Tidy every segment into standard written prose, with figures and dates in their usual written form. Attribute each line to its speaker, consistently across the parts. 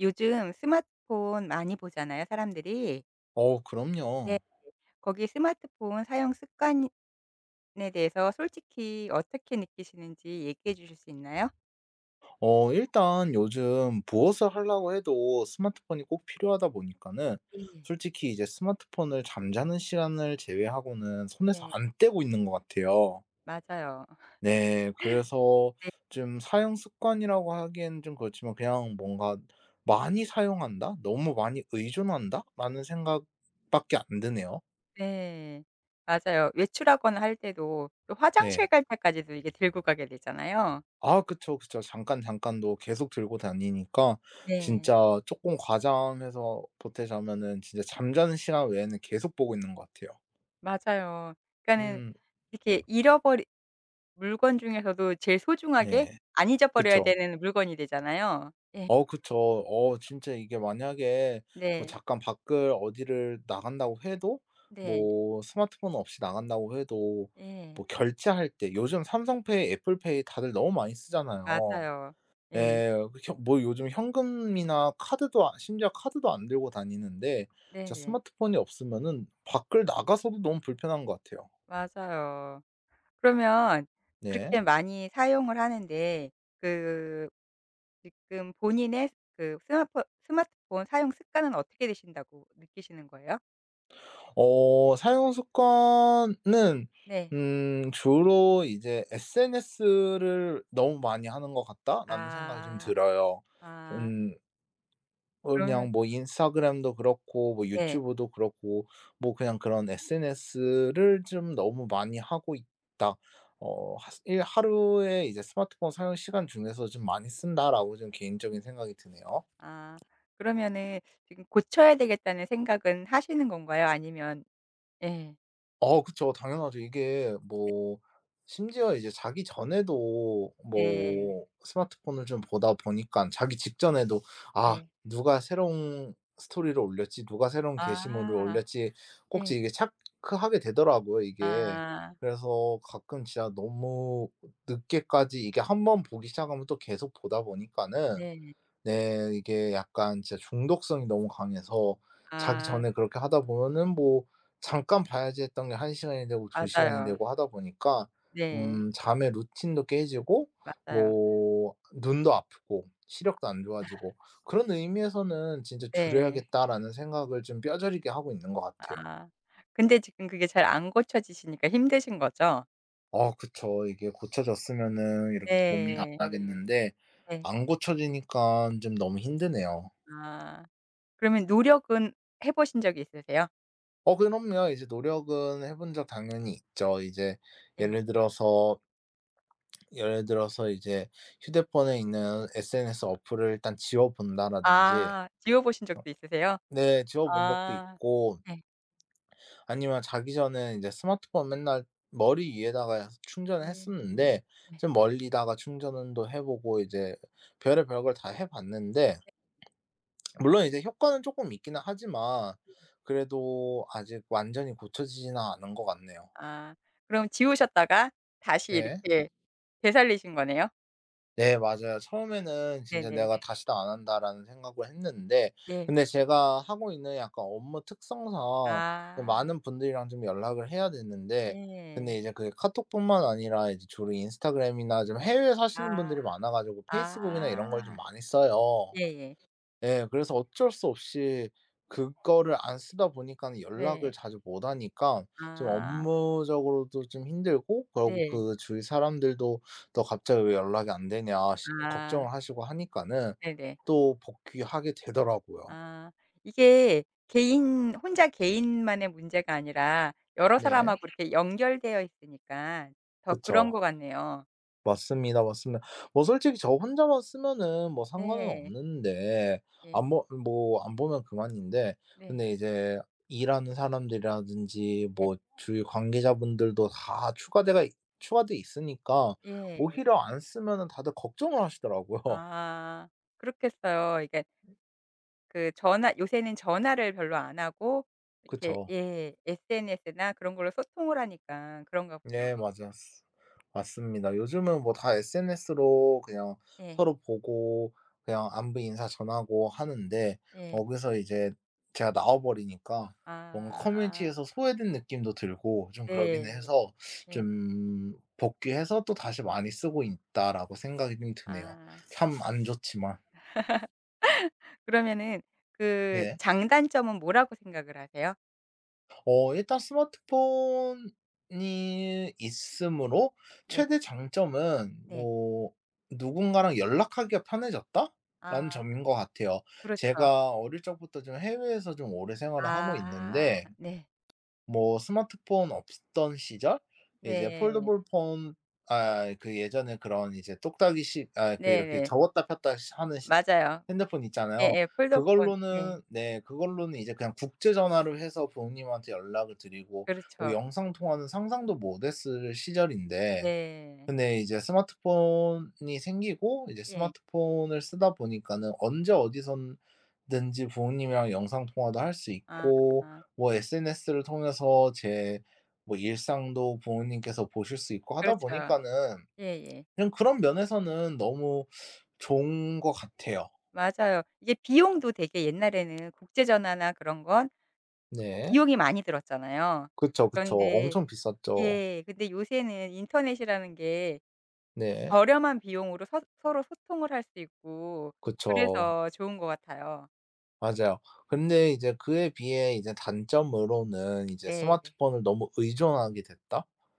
Speaker 1: 요즘 스마트폰 많이 보잖아요 사람들이.
Speaker 2: 어
Speaker 1: 네.
Speaker 2: 그럼요.
Speaker 1: 거기 스마트폰 사용 습관에 대해서 솔직히 어떻게 느끼시는지 얘기해 주실 수 있나요?
Speaker 2: 어 일단 요즘 무엇을 하려고 해도 스마트폰이 꼭 필요하다 보니까는
Speaker 1: 예.
Speaker 2: 솔직히 이제 스마트폰을 잠자는 시간을 제외하고는 손에서
Speaker 1: 네.
Speaker 2: 안 떼고 있는 것 같아요.
Speaker 1: 맞아요.
Speaker 2: 네. 그래서
Speaker 1: 네.
Speaker 2: 좀 사용 습관이라고 하기엔 좀 그렇지만 그냥 뭔가 '많이 사용한다. 너무 많이 의존한다.'라는 생각밖에 안 드네요.
Speaker 1: 네. 맞아요. 외출하거나 할 때도 또 화장실
Speaker 2: 네.
Speaker 1: 갈 때까지도 이게 들고 가게 되잖아요.
Speaker 2: 아 그쵸, 그쵸. 잠깐 잠깐도 계속 들고 다니니까
Speaker 1: 네.
Speaker 2: 진짜 조금 과장해서 보태자면은 진짜 잠자는 시간 외에는 계속 보고 있는 것 같아요.
Speaker 1: 맞아요. 그러니까는
Speaker 2: 음.
Speaker 1: 이렇게 잃어버리 물건 중에서도 제일 소중하게
Speaker 2: 네.
Speaker 1: 안 잊어버려야
Speaker 2: 그쵸.
Speaker 1: 되는 물건이 되잖아요.
Speaker 2: 어 그쵸. 어 진짜 이게 만약에 뭐
Speaker 1: 네.
Speaker 2: 잠깐 밖을 어디를 나간다고 해도
Speaker 1: 네.
Speaker 2: 뭐 스마트폰 없이 나간다고 해도
Speaker 1: 예.
Speaker 2: 뭐 결제할 때 요즘 삼성페이, 애플페이 다들 너무 많이 쓰잖아요.
Speaker 1: 맞아요. 예.
Speaker 2: 예. 혀 뭐 요즘 현금이나 카드도 아 심지어 카드도 안 들고 다니는데 진짜
Speaker 1: 네네.
Speaker 2: 스마트폰이 없으면은 밖을 나가서도 너무 불편한 것 같아요.
Speaker 1: 맞아요. 그러면
Speaker 2: 네.
Speaker 1: 그렇게 많이 사용을 하는데 그 지금 본인의 그 스마 스마트폰 사용 습관은 어떻게 되신다고 느끼시는 거예요?
Speaker 2: 어 사용 습관은
Speaker 1: 네.
Speaker 2: 주로 이제 'SNS를 너무 많이 하는 것 같다.'라는 생각이 좀
Speaker 1: 아.
Speaker 2: 들어요.
Speaker 1: 아.
Speaker 2: 음
Speaker 1: 그러면
Speaker 2: 그냥 뭐 인스타그램도 그렇고 뭐
Speaker 1: 네.
Speaker 2: 유튜브도 그렇고 뭐 그냥 그런 SNS를 좀 너무 많이 하고 있다. 어 하 일 '하루에 이제 스마트폰 사용 시간 중에서 좀 많이 쓴다.'라고 좀 개인적인 생각이 드네요.
Speaker 1: 아. 그러면은 지금 '고쳐야 되겠다.'는 생각은 하시는 건가요? 아니면 예.
Speaker 2: 어 그쵸. 당연하죠. 이게 뭐 심지어 이제 자기 전에도
Speaker 1: 네.
Speaker 2: 뭐 스마트폰을 좀 보다 보니깐 자기 직전에도 '아
Speaker 1: 네.
Speaker 2: 누가 새로운 스토리를 올렸지. 누가 새로운 게시물을
Speaker 1: 아.
Speaker 2: 올렸지.'
Speaker 1: 예.
Speaker 2: 꼭지 이게 체크하게 되더라고요 이게.
Speaker 1: 아.
Speaker 2: 그래서 가끔 진짜 너무 늦게까지 이게 한번 보기 시작하면 또 계속 보다 보니까는,
Speaker 1: 네.
Speaker 2: 네, 이게 약간 진짜 중독성이 너무 강해서 자기
Speaker 1: 아.
Speaker 2: 전에 그렇게 하다 보면은 뭐 잠깐 봐야지 했던 게 1 시간이 되고 2 시간이
Speaker 1: 맞아요.
Speaker 2: 되고 하다 보니까
Speaker 1: 네.
Speaker 2: 잠의 루틴도 깨지고
Speaker 1: 맞아요.
Speaker 2: 뭐 눈도 아프고 시력도 안 좋아지고 그런 의미에서는 '진짜
Speaker 1: 네.
Speaker 2: 줄여야겠다.'라는 생각을 좀 뼈저리게 하고 있는 것 같아요.
Speaker 1: 아. 근데 지금 그게 잘 안 고쳐지시니까 힘드신 거죠?
Speaker 2: 아 그쵸. 이게 고쳐졌으면은 이렇게 고민 안
Speaker 1: 네.
Speaker 2: 하겠는데
Speaker 1: 네.
Speaker 2: 안 고쳐지니까 좀 너무 힘드네요.
Speaker 1: 아. 그러면 노력은 해 보신 적이 있으세요?
Speaker 2: 어 그럼요. 이제 노력은 해본 적 당연히 있죠. 이제
Speaker 1: 예.
Speaker 2: 예를 들어서 예를 들어서 이제 휴대폰에 있는 SNS 어플을 일단 지워 본다라든지,
Speaker 1: 아 지워 보신 적도 있으세요?
Speaker 2: 네, 지워 본 적도
Speaker 1: 아.
Speaker 2: 있고,
Speaker 1: 네.
Speaker 2: 아니면 자기 전에 이제 스마트폰 맨날 머리 위에다가 충전을
Speaker 1: 음.
Speaker 2: 했었는데
Speaker 1: 네.
Speaker 2: 좀 멀리다가 충전도 해 보고 이제 별의 별걸 다 해 봤는데, 물론 이제 효과는 조금 있기는 하지만 그래도 아직 완전히 고쳐지지는 않은 것 같네요.
Speaker 1: 아. 그럼 지우셨다가 다시
Speaker 2: 네.
Speaker 1: 이렇게 되살리신 거네요?
Speaker 2: 네, 맞아요. 처음에는 진짜
Speaker 1: 네네.
Speaker 2: '내가 다시는 안 한다.'라는 생각을 했는데,
Speaker 1: 예.
Speaker 2: 근데 제가 하고 있는 약간 업무 특성상 이제
Speaker 1: 아.
Speaker 2: 많은 분들이랑 좀 연락을 해야 되는데,
Speaker 1: 예.
Speaker 2: 근데 이제 그게 카톡뿐만 아니라 이제 주로 인스타그램이나 좀 해외에 사시는
Speaker 1: 아.
Speaker 2: 분들이 많아 가지고 페이스북이나 이런 걸
Speaker 1: 아.
Speaker 2: 좀 많이 써요.
Speaker 1: 예예.
Speaker 2: 예. 그래서 어쩔 수 없이 그거를 안 쓰다 보니까는 연락을
Speaker 1: 네.
Speaker 2: 자주 못 하니까 좀
Speaker 1: 아.
Speaker 2: 업무적으로도 좀 힘들고, 그러고
Speaker 1: 네.
Speaker 2: 그 주위 사람들도 "너 갑자기 왜 연락이 안 되냐." 시
Speaker 1: 아
Speaker 2: 걱정을 하시고 하니까는
Speaker 1: 네네.
Speaker 2: 또 복귀하게 되더라고요.
Speaker 1: 아 이게 개인 혼자 개인만의 문제가 아니라 여러
Speaker 2: 네.
Speaker 1: 사람하고 이렇게 연결되어 있으니까 더 그런
Speaker 2: 그쵸.
Speaker 1: 것 같네요.
Speaker 2: 맞습니다, 맞습니다. 뭐 솔직히 저 혼자만 쓰면은 뭐 상관은
Speaker 1: 네.
Speaker 2: 없는데,
Speaker 1: 예.
Speaker 2: 안 보 뭐 안 보면 그만인데,
Speaker 1: 네.
Speaker 2: 근데 이제 일하는 사람들이라든지
Speaker 1: 예.
Speaker 2: 뭐 주위 관계자분들도 다 추가돼 있으니까
Speaker 1: 예.
Speaker 2: 오히려 안 쓰면은 다들 걱정을 하시더라고요.
Speaker 1: 아 그렇겠어요. 이게 그 전화 요새는 전화를 별로 안 하고 이렇게
Speaker 2: 그쵸.
Speaker 1: 예 SNS나 그런 걸로 소통을 하니까 그런가
Speaker 2: 네,
Speaker 1: 보네요.
Speaker 2: 맞았 맞습니다. 요즘은 뭐 다 SNS로 그냥
Speaker 1: 예.
Speaker 2: 서로 보고 그냥 안부 인사 전하고 하는데
Speaker 1: 예.
Speaker 2: 거기서 이제 제가 나와 버리니까 뭔가
Speaker 1: 아
Speaker 2: 커뮤니티에서 소외된 느낌도 들고 좀 그러긴
Speaker 1: 네.
Speaker 2: 해서
Speaker 1: 예.
Speaker 2: 좀 복귀해서 또 다시 많이 쓰고 있다라고 생각이 좀 드네요.
Speaker 1: 아.
Speaker 2: 참 안 좋지만.
Speaker 1: 그러면은 그
Speaker 2: 네.
Speaker 1: 장단점은 뭐라고 생각을 하세요?
Speaker 2: 어 일단 스마트폰이 있으므로
Speaker 1: 네.
Speaker 2: 최대 장점은
Speaker 1: 네.
Speaker 2: 뭐 '누군가랑 연락하기가 편해졌다.'라는
Speaker 1: 아
Speaker 2: 점인 것 같아요.
Speaker 1: 그렇죠.
Speaker 2: 제가 어릴 적부터 좀 해외에서 좀 오래 생활을 하고
Speaker 1: 아
Speaker 2: 있는데,
Speaker 1: 네.
Speaker 2: 뭐 스마트폰 없던 시절, 이제
Speaker 1: 네.
Speaker 2: 폴더블 폰, 아 그 예전에 그런 이제 똑딱이식, 아 그 이렇게
Speaker 1: 네네.
Speaker 2: 접었다 폈다 하는 시
Speaker 1: 맞아요.
Speaker 2: 핸드폰 있잖아요.
Speaker 1: 예예. 폴더폰. 네.
Speaker 2: 그걸로는, 네, 그걸로는 이제 그냥 국제 전화를 해서 부모님한테 연락을 드리고, 뭐
Speaker 1: 그렇죠.
Speaker 2: 영상 통화는 상상도 못 했을 시절인데,
Speaker 1: 네.
Speaker 2: 근데 이제 스마트폰이 생기고 이제
Speaker 1: 예.
Speaker 2: 스마트폰을 쓰다 보니까는 언제 어디서든지 부모님이랑 영상 통화도 할 수
Speaker 1: 아
Speaker 2: 있고 뭐 SNS를 통해서 제 뭐 일상도 부모님께서 보실 수 있고 하다
Speaker 1: 그렇죠.
Speaker 2: 보니까는
Speaker 1: 예예.
Speaker 2: 그냥 그런 면에서는 너무 좋은 것 같아요.
Speaker 1: 맞아요. 이게 비용도 되게 옛날에는 국제 전화나 그런 건
Speaker 2: 네.
Speaker 1: 비용이 많이 들었잖아요.
Speaker 2: 그쵸, 그쵸.
Speaker 1: 그런데
Speaker 2: 엄청 비쌌죠.
Speaker 1: 예 근데 요새는 인터넷이라는 게
Speaker 2: 네.
Speaker 1: 저렴한 비용으로 서 서로 소통을 할 수 있고
Speaker 2: 그쵸.
Speaker 1: 그래서 좋은 것 같아요.
Speaker 2: 맞아요. 근데 이제 그에 비해 이제 단점으로는 이제
Speaker 1: 네.
Speaker 2: '스마트폰을 너무 의존하게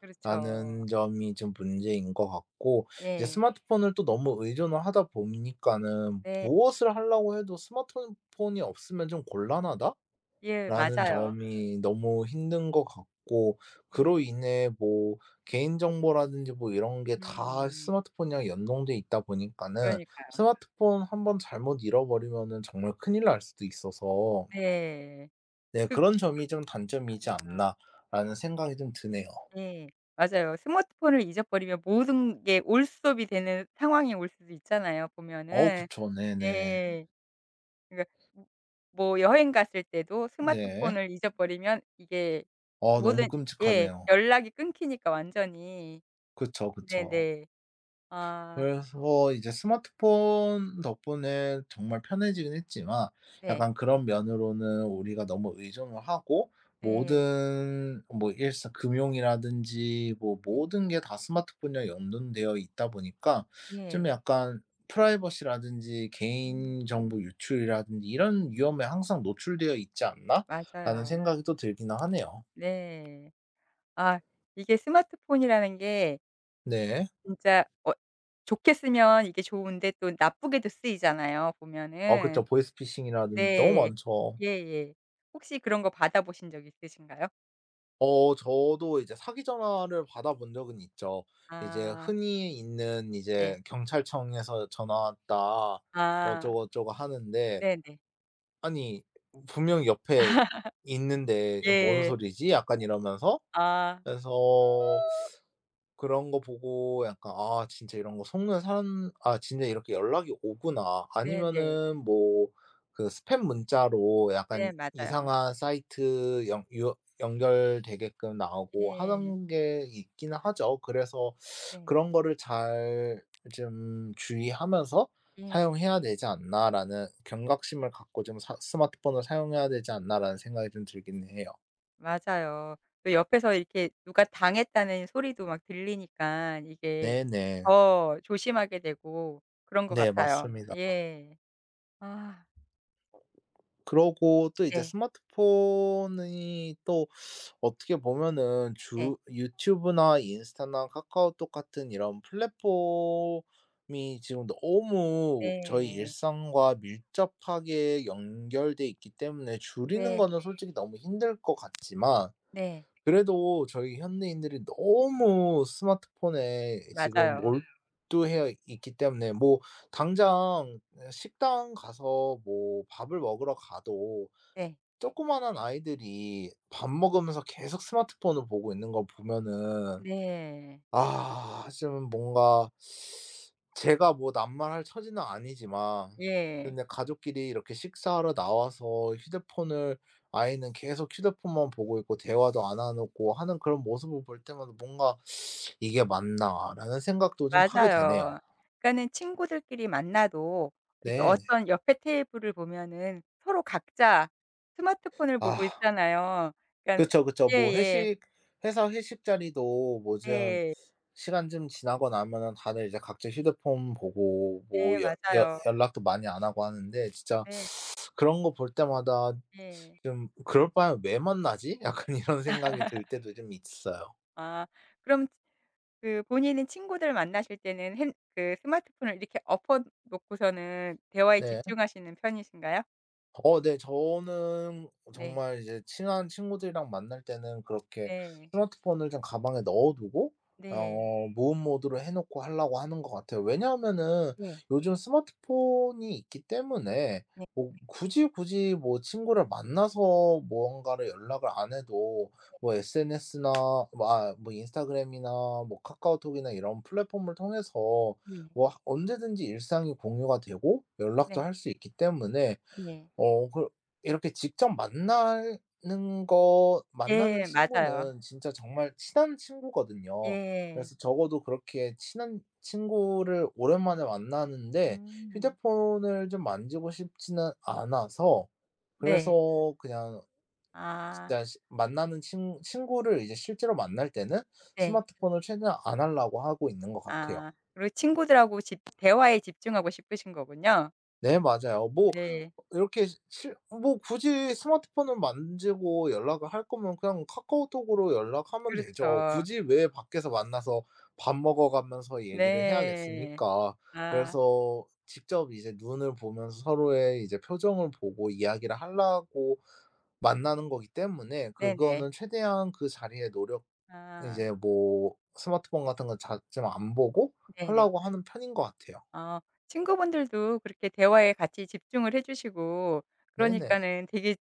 Speaker 1: 그렇죠.
Speaker 2: 됐다.'라는 점이 좀 문제인 것 같고, 이제
Speaker 1: 예.
Speaker 2: 스마트폰을 또 너무 의존을 하다 보니까는
Speaker 1: 네.
Speaker 2: 무엇을 하려고 해도 스마트폰 폰이 없으면 좀 곤란하다?
Speaker 1: 예
Speaker 2: 라는
Speaker 1: 맞아요.
Speaker 2: 점이 너무 힘든 것 같고, 그로
Speaker 1: 예.
Speaker 2: 인해 뭐 개인정보라든지 뭐 이런 게 다
Speaker 1: 음.
Speaker 2: 스마트폰이랑 연동돼 있다 보니까는
Speaker 1: 그러니까요.
Speaker 2: 스마트폰 한번 잘못 잃어버리면은 정말 큰일 날 수도 있어서,
Speaker 1: 네.
Speaker 2: 네,
Speaker 1: 그
Speaker 2: 그런 점이 좀 '단점이지
Speaker 1: 아
Speaker 2: 않나.'라는 생각이 좀 드네요.
Speaker 1: 예. 맞아요. 스마트폰을 잊어버리면 모든 게 올수업이 되는 상황이 올 수도 있잖아요
Speaker 2: 어
Speaker 1: 보면은.
Speaker 2: 그쵸. 네네.
Speaker 1: 예. 그러니까 음 뭐 여행 갔을 때도
Speaker 2: 네.
Speaker 1: 스마트폰을 잊어버리면 이게
Speaker 2: 아 너무
Speaker 1: 모든 예
Speaker 2: 끔찍하네요.
Speaker 1: 연락이 끊기니까 완전히.
Speaker 2: 그쵸, 그쵸.
Speaker 1: 네네. 아
Speaker 2: 그래서 이제 스마트폰 덕분에 정말 편해지긴 했지만
Speaker 1: 네.
Speaker 2: 약간 그런 면으로는 우리가 너무 의존을 하고,
Speaker 1: 네.
Speaker 2: 모든 뭐 일상 금융이라든지 뭐
Speaker 1: 네.
Speaker 2: 모든 게 다 스마트폰이랑 연동되어 있다 보니까 좀
Speaker 1: 네.
Speaker 2: 약간 프라이버시라든지
Speaker 1: 음.
Speaker 2: 개인정보 유출이라든지 이런 위험에 항상 노출되어 있지 않나라는
Speaker 1: 맞아요.
Speaker 2: 생각이 또 들기는 하네요.
Speaker 1: 네. 아 이게 스마트폰이라는 게
Speaker 2: 네.
Speaker 1: 진짜 좋게 쓰면 이게 좋은데 또 나쁘게도 쓰이잖아요
Speaker 2: 어
Speaker 1: 보면은.
Speaker 2: 그쵸. 보이스피싱이라든지 너무
Speaker 1: 네.
Speaker 2: 많죠.
Speaker 1: 예예. 혹시 그런 거 받아 보신 적 있으신가요?
Speaker 2: 어 저도 이제 사기 전화를 받아본 적은 있죠. 이제
Speaker 1: 아
Speaker 2: 흔히 있는 이제
Speaker 1: 네.
Speaker 2: "경찰청에서 전화 왔다."
Speaker 1: 아
Speaker 2: 어쩌고저쩌고 하는데
Speaker 1: 네네.
Speaker 2: 아니 분명히 옆에 있는데 "야 뭔
Speaker 1: 예.
Speaker 2: 소리지?" 약간 이러면서,
Speaker 1: 아
Speaker 2: 그래서 그런 거 보고 약간 '아 진짜 이런 거 속는 사람 아 진짜 이렇게 연락이 오구나.'
Speaker 1: 네네.
Speaker 2: 아니면은 뭐 그 스팸 문자로 약간
Speaker 1: 네 맞아요.
Speaker 2: 이상한 사이트 연 유 연결되게끔 나오고
Speaker 1: 예.
Speaker 2: 하는 게 있기는 하죠. 그래서
Speaker 1: 네.
Speaker 2: 그런 거를 잘 좀 주의하면서
Speaker 1: 예.
Speaker 2: '사용해야 되지 않나.'라는 경각심을 갖고 좀 사 '스마트폰을 사용해야 되지 않나.'라는 생각이 좀 들긴 해요.
Speaker 1: 맞아요. 또 옆에서 이렇게 누가 당했다는 소리도 막 들리니까 이게
Speaker 2: 네네.
Speaker 1: 더 조심하게 되고 그런 것
Speaker 2: 네,
Speaker 1: 같아요.
Speaker 2: 맞습니다.
Speaker 1: 예. 아
Speaker 2: 그러고 또 이제
Speaker 1: 네.
Speaker 2: 스마트폰이 또 어떻게 보면은
Speaker 1: 네.
Speaker 2: 주 유튜브나 인스타나 카카오톡 같은 이런 플랫폼이 지금 너무 저희
Speaker 1: 네.
Speaker 2: 일상과 밀접하게 연결돼 있기 때문에 줄이는
Speaker 1: 네.
Speaker 2: 거는 솔직히 너무 힘들 것 같지만,
Speaker 1: 네.
Speaker 2: 그래도 저희 현대인들이 너무 스마트폰에 지금
Speaker 1: 맞아요.
Speaker 2: 몰두해 있기 때문에 뭐 당장 식당 가서 뭐 밥을 먹으러 가도
Speaker 1: 네.
Speaker 2: 조그마한 아이들이 밥 먹으면서 계속 스마트폰을 보고 있는 걸 보면은
Speaker 1: 네.
Speaker 2: 아 좀 뭔가, 제가 뭐 남말할 처지는 아니지만,
Speaker 1: 예.
Speaker 2: 근데 가족끼리 이렇게 식사하러 나와서 휴대폰을 아이는 계속 휴대폰만 보고 있고 대화도 안 하고 하는 그런 모습을 볼 때마다 뭔가 '이게 맞나.'라는 생각도 좀 하게 되네요.
Speaker 1: 맞아요. 그러니까는 친구들끼리 만나도 이렇게
Speaker 2: 네. 네.
Speaker 1: 어떤 옆에 테이블을 보면은 서로 각자 스마트폰을 보고
Speaker 2: 아
Speaker 1: 있잖아요. 그러니까
Speaker 2: 그쵸, 그쵸.
Speaker 1: 예
Speaker 2: 뭐
Speaker 1: 예.
Speaker 2: 회식 회사 회식 자리도 뭐좀
Speaker 1: 네.
Speaker 2: 시간 좀 지나고 나면은 다들 이제 각자 휴대폰 보고
Speaker 1: 네
Speaker 2: 뭐 여 여
Speaker 1: 맞아요.
Speaker 2: 연락도 많이 안 하고 하는데 진짜
Speaker 1: 네.
Speaker 2: 그런 거 볼 때마다
Speaker 1: 네.
Speaker 2: 좀 '그럴 바에 왜 만나지?' 약간 이런 생각이 들 때도 좀 있어요.
Speaker 1: 아 그럼 그 본인은 친구들 만나실 때는 핸 그 스마트폰을 이렇게 엎어 놓고서는 대화에
Speaker 2: 네.
Speaker 1: 집중하시는 편이신가요?
Speaker 2: 어 네. 저는
Speaker 1: 네.
Speaker 2: 정말 이제 친한 친구들이랑 만날 때는 그렇게
Speaker 1: 네.
Speaker 2: 스마트폰을 좀 가방에 넣어 두고
Speaker 1: 네.
Speaker 2: 어 무음 모드로 해 놓고 하려고 하는 것 같아요. 왜냐하면은
Speaker 1: 네.
Speaker 2: 요즘 스마트폰이 있기 때문에
Speaker 1: 네.
Speaker 2: 뭐 굳이, 굳이 뭐 친구를 만나서 무언가를 연락을 안 해도 뭐 SNS나 뭐 아 뭐 인스타그램이나 뭐 카카오톡이나 이런 플랫폼을 통해서
Speaker 1: 네.
Speaker 2: 뭐 하 언제든지 일상이 공유가 되고 연락도
Speaker 1: 네.
Speaker 2: 할 수 있기 때문에,
Speaker 1: 네.
Speaker 2: 어 그 이렇게 직접 만나는 거 만나는
Speaker 1: 예. 맞아요.
Speaker 2: 친구는 진짜 정말 친한 친구거든요.
Speaker 1: 예.
Speaker 2: 그래서 적어도 그렇게 친한 친구를 오랜만에 만나는데
Speaker 1: 음.
Speaker 2: 휴대폰을 좀 만지고 싶지는 않아서,
Speaker 1: 네.
Speaker 2: 그래서 그냥
Speaker 1: 아
Speaker 2: 진짜 시 만나는 친 친구를 이제 실제로 만날 때는
Speaker 1: 네.
Speaker 2: 스마트폰을 최대한 안 하려고 하고 있는 것 같아요.
Speaker 1: 아 그리고 친구들하고 집 대화에 집중하고 싶으신 거군요.
Speaker 2: 네, 맞아요. 뭐
Speaker 1: 네.
Speaker 2: 이렇게 실 뭐 굳이 스마트폰을 만지고 연락을 할 거면 그냥 카카오톡으로 연락하면 되죠.
Speaker 1: 그렇죠.
Speaker 2: 굳이 왜 밖에서 만나서 밥 먹어 가면서 얘기를
Speaker 1: 네.
Speaker 2: 해야겠습니까?
Speaker 1: 아
Speaker 2: 그래서 직접 이제 눈을 보면서 서로의 이제 표정을 보고 이야기를 하려고 만나는 거기 때문에
Speaker 1: 네네.
Speaker 2: 그거는 최대한 그 자리에 노력
Speaker 1: 아
Speaker 2: 이제 뭐 스마트폰 같은 거 자 좀 안 보고
Speaker 1: 네네.
Speaker 2: 하려고 하는 편인 것 같아요.
Speaker 1: 어, 친구분들도 그렇게 대화에 같이 집중을 해 주시고
Speaker 2: 네네.
Speaker 1: 그러니까는 되게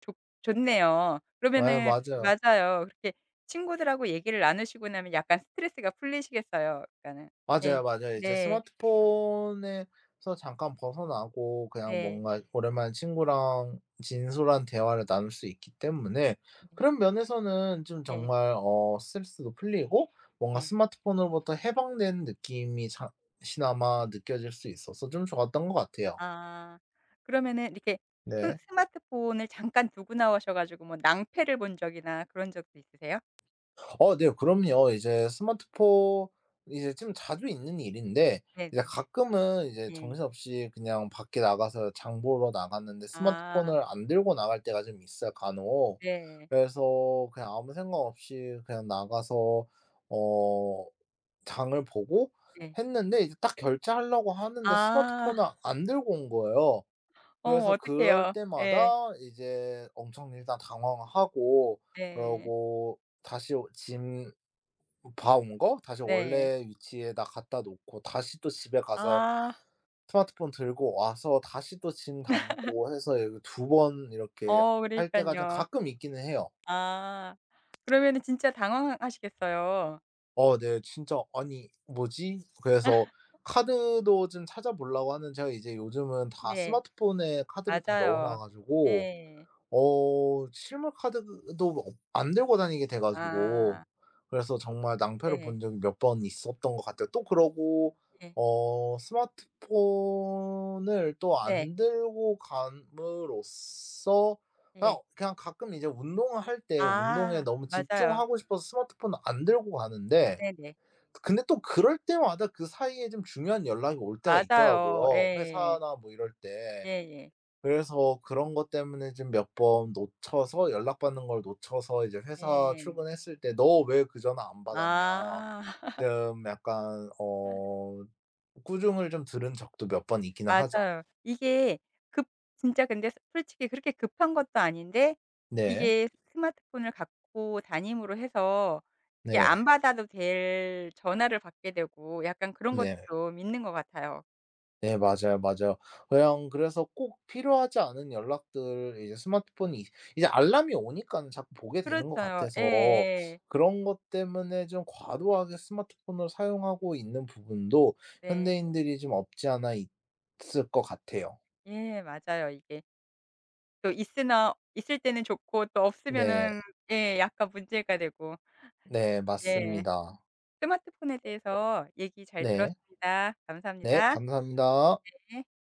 Speaker 1: 좋 좋네요.
Speaker 2: 예
Speaker 1: 그러면은
Speaker 2: 맞아요.
Speaker 1: 맞아요. 그렇게 친구들하고 얘기를 나누시고 나면 약간 스트레스가 풀리시겠어요. 그러니까는.
Speaker 2: 맞아요,
Speaker 1: 예.
Speaker 2: 맞아요. 이제
Speaker 1: 네.
Speaker 2: 스마트폰에서 잠깐 벗어나고 그냥
Speaker 1: 네.
Speaker 2: 뭔가 오랜만에 친구랑 진솔한 대화를 나눌 수 있기 때문에
Speaker 1: 네.
Speaker 2: 그런 면에서는 좀
Speaker 1: 네.
Speaker 2: 정말 어 스트레스도 풀리고 뭔가
Speaker 1: 네.
Speaker 2: 스마트폰으로부터 해방된 느낌이 잠시나마 느껴질 수 있어서 좀 좋았던 것 같아요.
Speaker 1: 아. 그러면은 이렇게 스
Speaker 2: 네.
Speaker 1: 스마트폰을 잠깐 두고 나오셔 가지고 뭐 낭패를 본 적이나 그런 적도 있으세요?
Speaker 2: 어 네. 그럼요. 이제 스마트폰 이제 좀 자주 있는 일인데 이제
Speaker 1: 네네.
Speaker 2: 가끔은 이제
Speaker 1: 예.
Speaker 2: 정신없이 그냥 밖에 나가서 장 보러 나갔는데
Speaker 1: 아.
Speaker 2: 스마트폰을 안 들고 나갈 때가 좀 있어요 간혹.
Speaker 1: 네.
Speaker 2: 그래서 그냥 아무 생각 없이 그냥 나가서 어 장을 보고
Speaker 1: 네.
Speaker 2: 했는데 이제 딱 결제하려고 하는데
Speaker 1: 아.
Speaker 2: 스마트폰을 안 들고 온 거예요.
Speaker 1: 어
Speaker 2: 그래서 그럴
Speaker 1: 어떡해요. 예.
Speaker 2: 때마다 이제 엄청 일단 당황하고,
Speaker 1: 네.
Speaker 2: 그러고 다시 오 짐 봐온 거 다시
Speaker 1: 네.
Speaker 2: 원래 위치에다 갖다 놓고 다시 또 집에 가서
Speaker 1: 아.
Speaker 2: 스마트폰 들고 와서 다시 또 짐 담고 해서 이렇게 2번 이렇게
Speaker 1: 어
Speaker 2: 할 때가 좀
Speaker 1: 그러니깐요.
Speaker 2: 가끔 있기는 해요.
Speaker 1: 아. 그러면은 진짜 당황하시겠어요.
Speaker 2: 어 네 진짜 '아니 뭐지?' 그래서 카드도 좀 찾아 보려고 하는데 제가 이제 요즘은 다
Speaker 1: 네.
Speaker 2: 스마트폰에 카드를 다 넣어 놔
Speaker 1: 맞아요.
Speaker 2: 가지고
Speaker 1: 예.
Speaker 2: 어 실물 카드도 없 안 들고 다니게 돼 가지고,
Speaker 1: 아.
Speaker 2: 그래서 정말 낭패를 본
Speaker 1: 네.
Speaker 2: 적이 몇 번 있었던 것 같아요. 또 그러고
Speaker 1: 예.
Speaker 2: 어 스마트폰을 또
Speaker 1: 네.
Speaker 2: 안 들고 감으로써
Speaker 1: 예.
Speaker 2: 그냥 그냥 가끔 이제 운동을 할 때 운동에
Speaker 1: 아.
Speaker 2: 너무
Speaker 1: 맞아요.
Speaker 2: 집중하고 싶어서 스마트폰을 안 들고 가는데,
Speaker 1: 네네.
Speaker 2: 근데 또 그럴 때마다 그 사이에 좀 중요한 연락이 올 때가
Speaker 1: 맞아요.
Speaker 2: 있더라고요
Speaker 1: 예.
Speaker 2: 회사나 뭐 이럴 때.
Speaker 1: 예예.
Speaker 2: 그래서 그런 것 때문에 좀 몇 번 놓쳐서 연락받는 걸 놓쳐서 이제
Speaker 1: 예.
Speaker 2: 회사
Speaker 1: 예.
Speaker 2: 출근했을 때 "너 왜 그 전화 안 받았냐."
Speaker 1: 아.
Speaker 2: 좀 약간 어 꾸중을 좀 들은 적도 몇 번 있기는 하죠.
Speaker 1: 맞아요. 이게 급 진짜 근데 스- 솔직히 그렇게 급한 것도 아닌데
Speaker 2: 네.
Speaker 1: 이게 스마트폰을 갖고 다님으로 해서 이게
Speaker 2: 네.
Speaker 1: 안 받아도 될 전화를 받게 되고 약간 그런 것도
Speaker 2: 네.
Speaker 1: 좀 있는 것 같아요.
Speaker 2: 네, 맞아요, 맞아요. 그냥 그래서 꼭 필요하지 않은 연락들 이제 스마트폰이 이제 알람이 오니는 자꾸 보게 되는 것
Speaker 1: 그렇죠.
Speaker 2: 같아서
Speaker 1: 예예.
Speaker 2: 그런 것 때문에 좀 과도하게 스마트폰을 사용하고 있는 부분도
Speaker 1: 네.
Speaker 2: 현대인들이 좀 없지 않아 있을 것 같아요.
Speaker 1: 예 맞아요. 이게 또 있으나 있을 때는 좋고 또
Speaker 2: 네.
Speaker 1: 없으면은 예 약간 문제가 되고.
Speaker 2: 네,
Speaker 1: 예.
Speaker 2: 맞습니다.
Speaker 1: 스마트폰에 대해서 얘기 잘
Speaker 2: 네.
Speaker 1: 들었습니다.
Speaker 2: 네,
Speaker 1: 감사합니다.
Speaker 2: 감사합니다.
Speaker 1: 예.